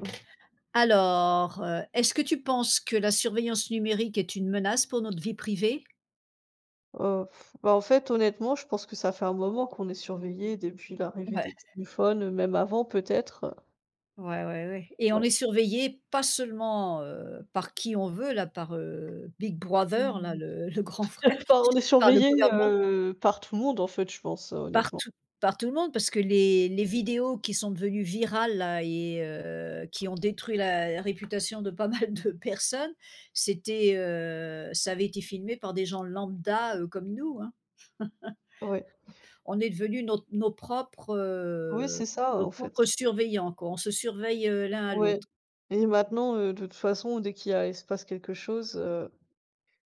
Mmh. Alors, est-ce que tu penses que la surveillance numérique est une menace pour notre vie privée? heu, En fait, honnêtement, je pense que ça fait un moment qu'on est surveillés depuis l'arrivée Ouais, des téléphones, même avant peut-être. ouais, ouais, ouais. Et on Ouais. est surveillé pas seulement, par qui on veut là, par, Big Brother là, Mmh. le le grand frère, Enfin, on est par le surveillés, gouvernement, par tout le monde, en fait, je pense, par honnêtement. tout par tout le monde parce que les vidéos qui sont devenues virales là et qui ont détruit la réputation de pas mal de personnes, c'était, ça avait été filmé par des gens lambda, comme nous, hein. Ouais. On est devenus Oui, c'est ça, nos en fait. propres surveillants quoi, on se surveille, l'un à Ouais, l'autre. et maintenant, de toute façon, dès qu'il y a il se passe quelque chose, heu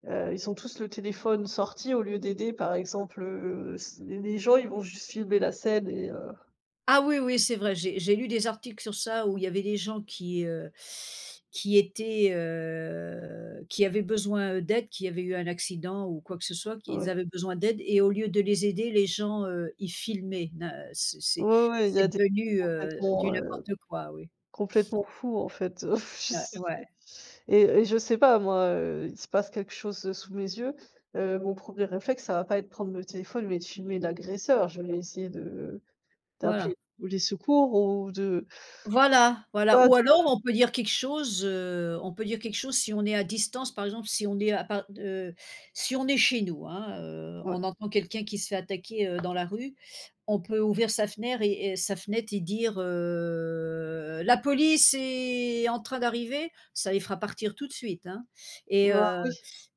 heu, ils ont tous le téléphone sorti au lieu d'aider, par exemple, s les gens, ils vont juste filmer la scène et Ah oui, oui, c'est vrai, j'ai lu des articles sur ça où il y avait des gens qui étaient, qui avaient besoin d'aide, qui avaient eu un accident ou quoi que ce soit, qu'ils ouais. avaient besoin d'aide et au lieu de les aider, les gens, ils filmaient. Na Ouais, ouais, il y a c'est des devenu, complètement, du n'importe quoi, oui. complètement fou, en fait. Je Ouais, sais ouais, et et je sais pas moi, il se passe quelque chose, sous mes yeux, mon premier réflexe, ça va pas être de prendre le téléphone et de filmer l'agresseur. Je vais essayer de voilà. d'appeler les secours ou de Voilà, voilà pas ou de alors on peut dire quelque chose, on peut dire quelque chose si on est à distance, par exemple, si on est à part si on est chez nous, hein, ouais. on entend quelqu'un qui se fait attaquer, dans la rue, on peut ouvrir sa fenêtre et dire, «La police est en train d'arriver», ça les fera partir tout de suite, hein et Bah heu oui,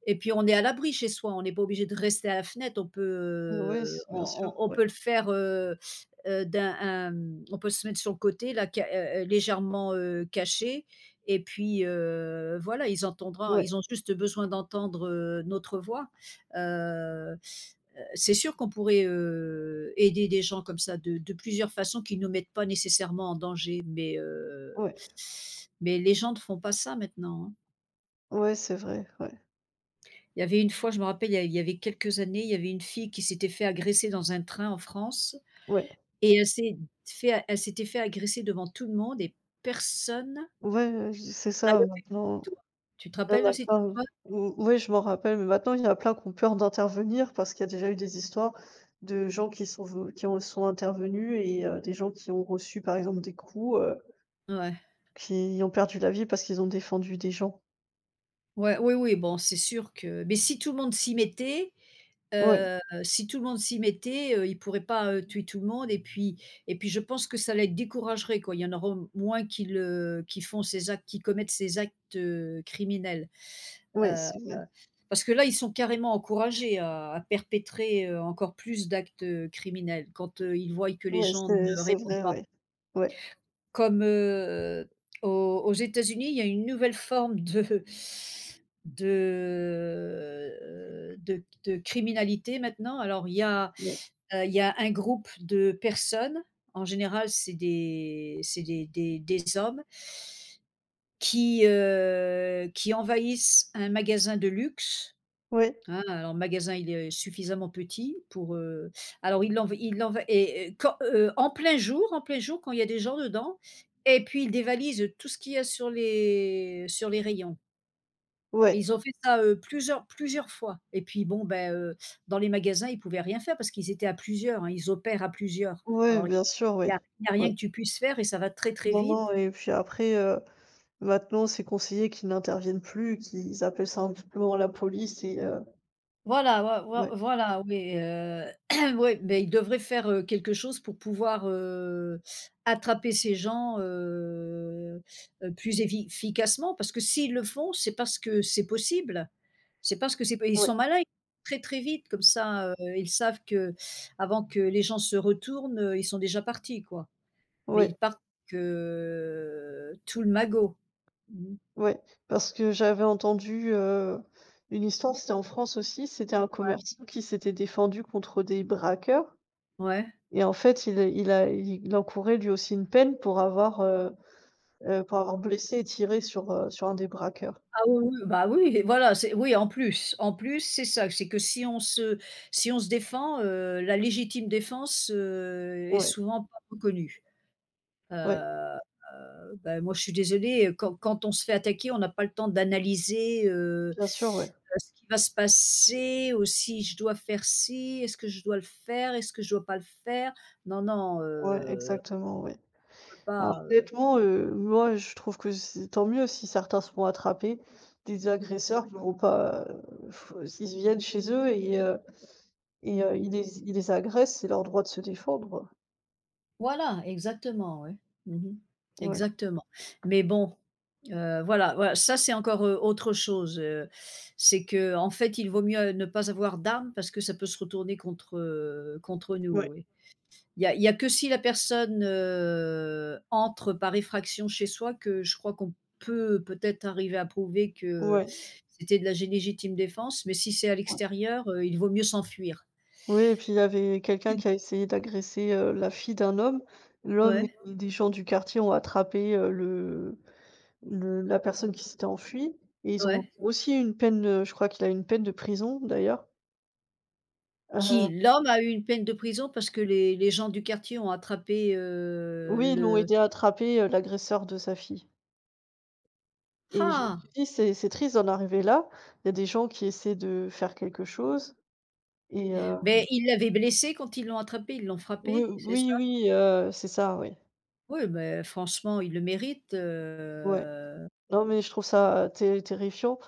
et puis on est à l'abri chez soi, on n'est pas obligé de rester à la fenêtre, on peut, ouais, c on bien sûr, on on ouais. peut le faire, d'un un on peut se mettre sur le côté là ca légèrement, caché et puis, voilà, ils entendront. Ouais, Ils ont juste besoin d'entendre, notre voix. Heu heu, c'est sûr qu'on pourrait, aider des gens comme ça de plusieurs façons qui ne nous mettent pas nécessairement en danger, ouais, mais les gens ne font pas ça maintenant, hein. ouais, c'est vrai, ouais, Il y avait une fois, je me rappelle, il y avait quelques années, il y avait une fille qui s'était fait agresser dans un train en France. ouais, Et elle s'était fait agresser devant tout le monde et personne ouais, ouais, c'est n'a ça levé maintenant. le doigt. Tu te Ah rappelles de cette d'accord, mmh. histoire? Mmh, oui, je m'en rappelle, mais maintenant il y en a plein qui ont peur d'intervenir parce qu'il y a déjà eu des histoires de gens qui sont ve qui ont sont intervenus et des gens qui ont reçu par exemple des coups, Ouais. qui ont perdu la vie parce qu'ils ont défendu des gens. Ouais, oui, oui, bon, c'est sûr que mais si tout le monde s'y mettait, Ouais, si tout le monde s'y mettait, ils pourraient pas, tuer tout le monde et puis je pense que ça les découragerait, quoi. Il y en aura moins qui commettent ces actes, criminels, ouais, heu c'est vrai. Parce que là, ils sont carrément encouragés à perpétrer, encore plus d'actes, criminels quand, ils voient que les Ouais, gens c'est ne c'est répondent vrai, pas. ouais. Ouais, Comme, aux États-Unis, il y a une nouvelle forme de de criminalité maintenant. Alors ouais, il y a un groupe de personnes, en général c'est des hommes qui envahissent un magasin de luxe. ouais, Hein, alors le magasin, il est suffisamment petit pour, alors il l'env et quand, en plein jour, quand il y a des gens dedans et puis ils dévalisent tout ce qu'il y a sur les rayons. Et ouais, ils ont fait ça, plusieurs fois et puis bon, ben, dans les magasins, ils pouvaient rien faire parce qu'ils étaient à plusieurs, hein, ils opèrent à plusieurs. ouais, Alors bien sûr, ouais. Il y a Ouais. rien que tu puisses faire et ça va très, très Non, vite. non, et puis après, maintenant c'est conseillé qu'ils n'interviennent plus, qu'ils appellent simplement la police et ouais, Voilà, oui, oui, mais il devrait faire, quelque chose pour pouvoir, attraper ces gens, plus évi efficacement parce que s'ils le font, c'est parce que c'est possible. C'est parce que c'est ils ouais, sont malins, ils vont très, très vite comme ça, ils savent que avant que les gens se retournent, ils sont déjà partis quoi. Mais ouais. ils partent, tout le magot. Mmh. Ouais, parce que j'avais entendu, une histoire, c'était en France aussi, c'était un commerçant qui s'était défendu contre des braqueurs Ouais. et en fait, il encourait lui aussi une peine pour avoir blessé et tiré sur, sur un des braqueurs. Ah oui, oui, bah, oui, voilà, c'est oui, en plus, c'est ça, c'est que si on se défend, la légitime défense, est Ouais, souvent pas reconnue. Heu ouais, Bah, moi, je suis désolée, quand on se fait attaquer, on n'a pas le temps d'analyser, bien sûr, ouais. ce qui va se passer, ou si je dois faire ci, est-ce que je dois le faire, est-ce que je dois pas le faire? Non, non, Ouais, on exactement, ouais. peut Alors pas, honnêtement, moi, je trouve que c'est tant mieux si certains se font attraper. Des agresseurs qui vont pas, f ils viennent chez eux et ils les agressent, c'est leur droit de se défendre. Voilà, exactement, ouais. Mmh. Ouais, Exactement. Mais bon, voilà, voilà, ça c'est encore, autre chose, c'est que en fait, il vaut mieux ne pas avoir d'armes parce que ça peut se retourner contre, contre nous, ouais, oui. Il y a que si la personne, entre par effraction chez soi que je crois qu'on peut peut-être arriver à prouver que ouais. c'était de la légitime défense, mais si c'est à l'extérieur, il vaut mieux s'enfuir. Oui, et puis il y avait quelqu'un qui a essayé d'agresser, la fille d'un homme. L'homme et Ouais, des gens du quartier ont attrapé, le la personne qui s'était enfuie et ils ont ouais. aussi une peine, je crois qu'il a une peine de prison d'ailleurs. Heu, Qui, l'homme a eu une peine de prison parce que les gens du quartier ont attrapé, oui, ils l'ont le aidé à attraper, l'agresseur de sa fille et je me ah! suis dit: «C'est triste d'en arriver là». Il y a des gens qui essaient de faire quelque chose et Mais ils l'avaient blessé quand ils l'ont attrapé, ils l'ont oui, frappé, c'est oui, ça? oui, c'est ça, oui. Oui, mais franchement, il le mérite, Ouais. Non, mais je trouve ça, terrifiant.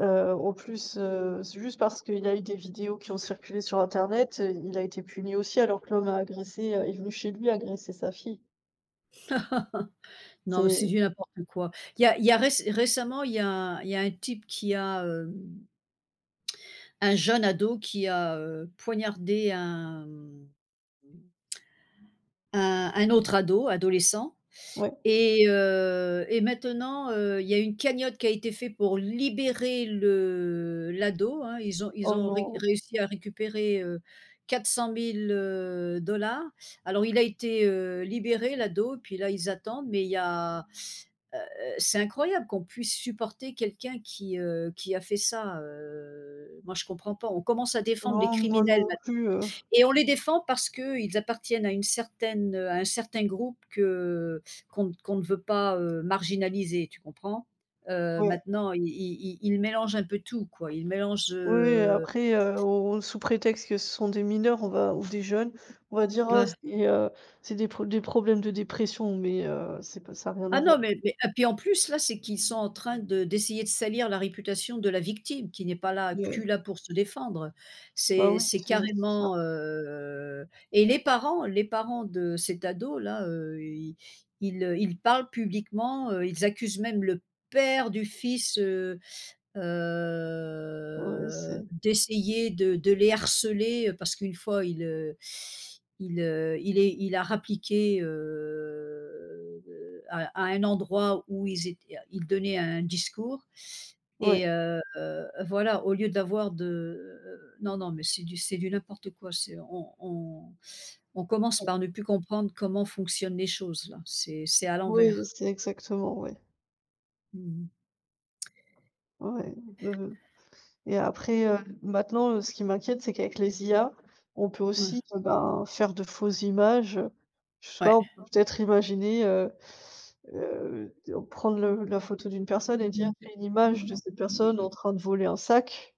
En plus, c'est juste parce qu'il y a eu des vidéos qui ont circulé sur internet, il a été puni aussi alors que l'homme a agressé, est venu chez lui agresser sa fille. non, mais c'est C'est du n'importe quoi. Il y a récemment, il y a un type qui a, un jeune ado qui a, poignardé un, un autre ado, adolescent. ouais. Et maintenant, il y a une cagnotte qui a été faite pour libérer le l'ado, hein. Ils Oh ont ré non, réussi à récupérer, 400 000 dollars. Alors il a été, libéré l'ado, puis là ils attendent, mais heu, c'est incroyable qu'on puisse supporter quelqu'un qui a fait ça, moi je comprends pas. On commence à défendre les non, moi criminels non plus, et on les défend parce qu'ils appartiennent à un certain groupe que qu'on ne veut pas, marginaliser, tu comprends? Ouais. Maintenant, ils mélangent un peu tout, quoi. Ils mélangent. Oui, après, on sous prétexte que ce sont des mineurs, on va ou des jeunes, on va dire: «Oh c'est des pro des problèmes de dépression», mais c'est pas ça n'a rien Ah à voir. non, mais et puis en plus là, c'est qu'ils sont en train de d'essayer de salir la réputation de la victime qui n'est pas là plus Ouais. là pour se défendre. Bah C'est oui, c'est c'est ça. carrément, et les parents de cet ado là, ils parlent publiquement, ils accusent même le père du fils. Heu, Ouais, c'est d'essayer de les harceler, parce qu'une fois il a rappliqué, à un endroit où ils étaient il donnait un discours. ouais, et heu, voilà, au lieu d'avoir de non, non, mais c'est du n'importe quoi, c'est on commence par ouais. ne plus comprendre comment fonctionnent les choses là, c'est à Oui, l'envers. c'est exactement, ouais. Mmh. Ouais, heu et après, maintenant, ce qui m'inquiète, c'est qu'avec les IA, on peut Ouais, aussi, ben, faire de fausses images, je sais pas, ouais. on peut peut-être imaginer, heu, prendre le la photo d'une personne et dire: une image de cette personne en train de voler un sac».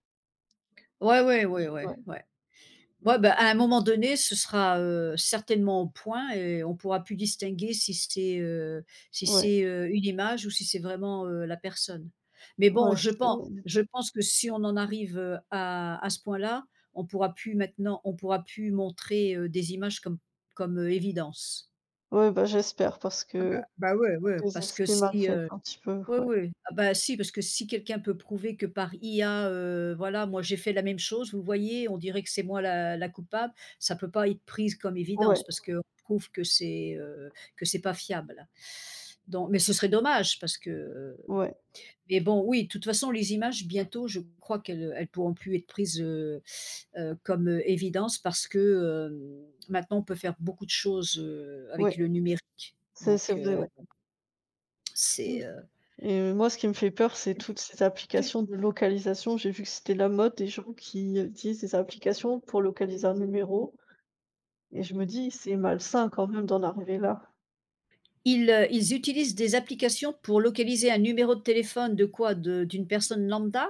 Ouais, ouais, ouais, ouais, Ouais, ouais. Ouais, bah, à un moment donné, ce sera, certainement au point et on pourra plus distinguer si ouais, c'est, une image ou si c'est vraiment, la personne. Mais ouais, bon, c'est je pense que si on en arrive, à ce point-là, on pourra plus montrer, des images comme, évidence. ouais, bah, j'espère parce que Bah, ouais, ouais, c'est parce ce que qui si, m'inquiète un petit peu, oui, ouais. oui. Ah bah, si, parce que si quelqu'un peut prouver que par IA, voilà, moi j'ai fait la même chose, vous voyez, on dirait que c'est moi la coupable, ça peut pas être prise comme Ouais, évidence parce qu'on prouve que c'est pas fiable. Donc mais ce serait dommage parce que, ouais, mais bon, oui, de toute façon, les images, bientôt, je crois qu'elles, elles pourront plus être prises, comme, évidence parce que, maintenant on peut faire beaucoup de choses, ouais, avec le numérique. c'est Donc, vrai, ouais. Mmh. c'est, Et moi, ce qui me fait peur, c'est toutes ces applications de localisation. J'ai vu que c'était la mode des gens qui utilisent des applications pour localiser un numéro. Et je me dis, c'est malsain quand même d'en arriver là. Ils utilisent des applications pour localiser un numéro de téléphone de quoi? De D'une personne lambda?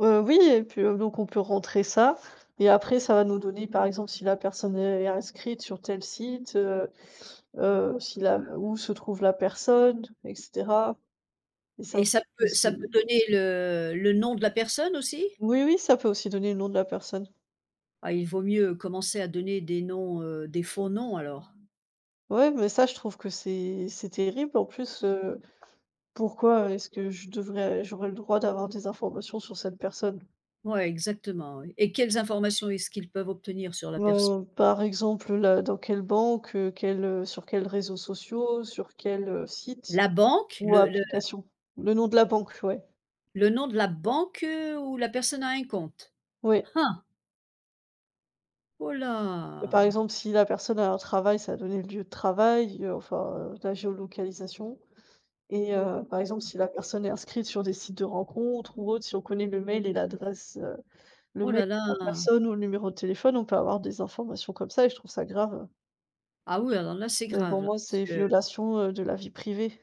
Oui, et puis donc on peut rentrer ça. Et après, ça va nous donner, par exemple, si la personne est inscrite sur tel site, si la, où se trouve la personne, etc. Et ça, Et je trouve que ça peut c'est- donner le nom de la personne aussi? oui, oui, ça peut aussi donner le nom de la personne. Ah, il vaut mieux commencer à donner des noms, des faux noms alors. Ouais, mais ça, je trouve que c'est terrible. En plus, pourquoi est-ce que je devrais j'aurais le droit d'avoir des informations sur cette personne? Ouais, exactement, oui. Et quelles informations est-ce qu'ils peuvent obtenir sur la personne? Par exemple, là, dans quelle banque, quel, sur quels réseaux sociaux, sur quel, site La banque? ou application? Le nom de la banque, ouais. Le nom de la banque, où la personne a un compte? Oui. Ah! Oh Par là! exemple, si la personne a un travail, ça a donné le lieu de travail, enfin, la géolocalisation et par exemple, si la personne est inscrite sur des sites de rencontres ou autre, si on connaît le mail et l'adresse, le Oh mail là de la là! personne ou le numéro de téléphone, on peut avoir des informations comme ça et je trouve ça grave. Ah oui, alors là, c'est Pour grave là, moi, parce c'est que violation, de la vie privée.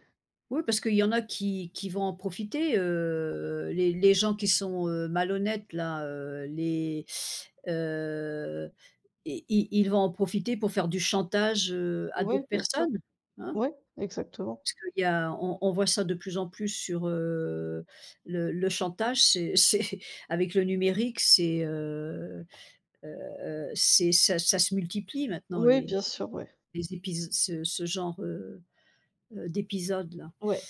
Oui, parce qu'il y en a qui vont en profiter, les gens qui sont, malhonnêtes là, les, heu, i i ils vont en profiter pour faire du chantage, à Oui, d'autres bien sûr. personnes, hein? Oui, exactement. Parce qu'il y a on voit ça de plus en plus sur, le chantage, c'est c'est avec le numérique, heu c'est ça se multiplie maintenant Oui, bien sûr, ouais. les épis ce genre, d'épisodes là. Ouais,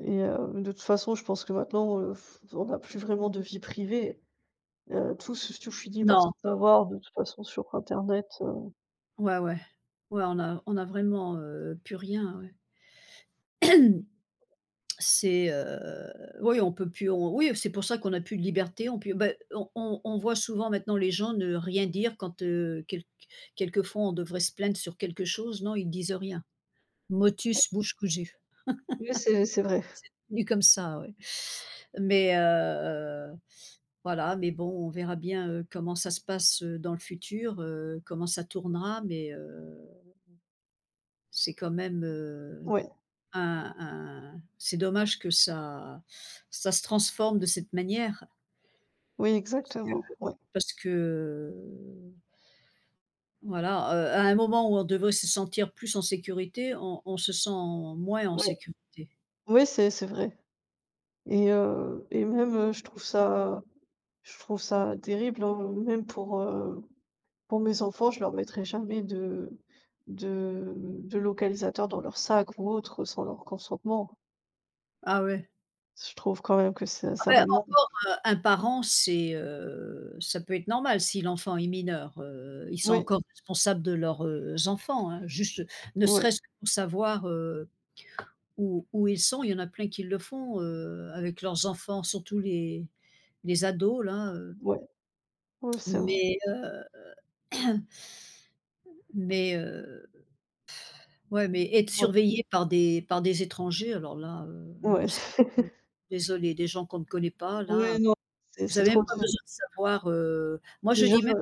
et de toute façon, je pense que maintenant, on n'a plus vraiment de vie privée. Tout se tout finit par se Non. savoir de toute façon sur internet. Ouais, ouais. Ouais, on a vraiment, plus rien, ouais. C'est, oui, on peut plus on oui, c'est pour ça qu'on a plus de liberté, on peut bah, on voit souvent maintenant les gens ne rien dire quand, quelquefois on devrait se plaindre sur quelque chose, non, ils disent rien. Motus bouche cousue, Oui, c'est vrai. nu comme ça, ouais. Mais, voilà, mais bon, on verra bien, comment ça se passe, dans le futur, comment ça tournera, mais, c'est quand même, Ouais. Un c'est dommage que ça se transforme de cette manière Oui, parce que exactement. Ouais. parce que, voilà, à un moment où on devrait se sentir plus en sécurité, on se sent moins en Ouais. sécurité. Oui, c'est vrai et même, je trouve ça terrible, hein, même pour, pour mes enfants, je leur mettrai jamais de localisateur dans leur sac ou autre, sans leur consentement. Ah ouais. Je trouve quand même que ça Ah ça va bah, de l'en encore, un parent, c'est, ça peut être normal si l'enfant est mineur, ils sont oui, encore responsables de leurs, enfants, hein. Juste ne ouais, serait-ce que pour savoir, où ils sont, il y en a plein qui le font, avec leurs enfants, surtout les ados là, ouais, ouais, c'est vrai. mais heu, mais heu, ouais, mais être Ouais, surveillé par des étrangers, alors là, ouais. non, c'est désolée, des gens qu'on ne connaît pas Ouais, là, non, vous c'est avez trop même pas dé besoin de savoir, moi je déjà dis même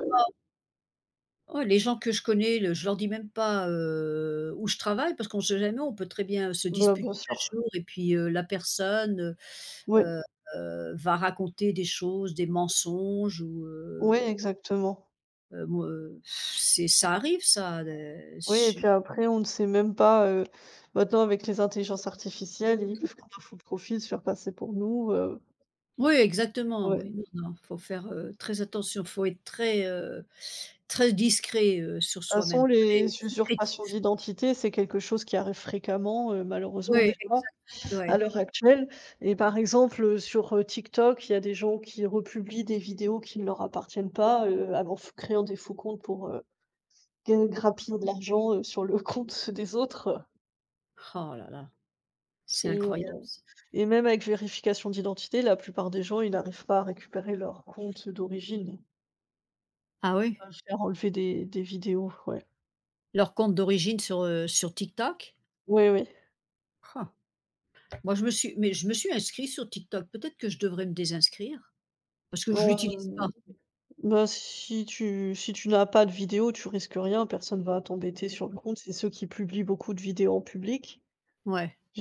ouais, les gens que je connais, le je leur dis même pas, où je travaille parce qu'on ne sait jamais, on peut très bien se bah, bien disputer sûr. un jour et puis, la personne, Oui, heu va raconter des choses, des mensonges ou oui, exactement. Moi, c'est ça arrive ça, des Oui et puis su après, on ne sait même pas, maintenant avec les intelligences artificielles, ils peuvent prendre notre profil, se faire passer pour nous, oui, exactement, ouais. oui, non, non, faut faire, très attention, faut être très, très discret, sur Toute façon, soi-même, très les critique usurpations d'identité, c'est quelque chose qui arrive fréquemment, malheureusement ouais, déjà exact, à ouais. l'heure actuelle et par exemple, sur, TikTok, il y a des gens qui republient des vidéos qui ne leur appartiennent pas, en f créant des faux comptes pour, ga grappiller de l'argent, sur le compte des autres Oh là là, c'est et heu incroyable ça. et même avec vérification d'identité, la plupart des gens, ils n'arrivent pas à récupérer leur compte d'origine, Ah oui? à faire enlever des vidéos, ouais. Leur compte d'origine sur TikTok? Oui, oui. Han, moi je me suis mais je me suis inscrite sur TikTok, peut-être que je devrais me désinscrire? Parce que je l'utilise pas. Bah, si tu si tu n'as pas de vidéo, tu risques rien, personne va t'embêter sur le compte. C'est ceux qui publient beaucoup de vidéos en public. Ouais.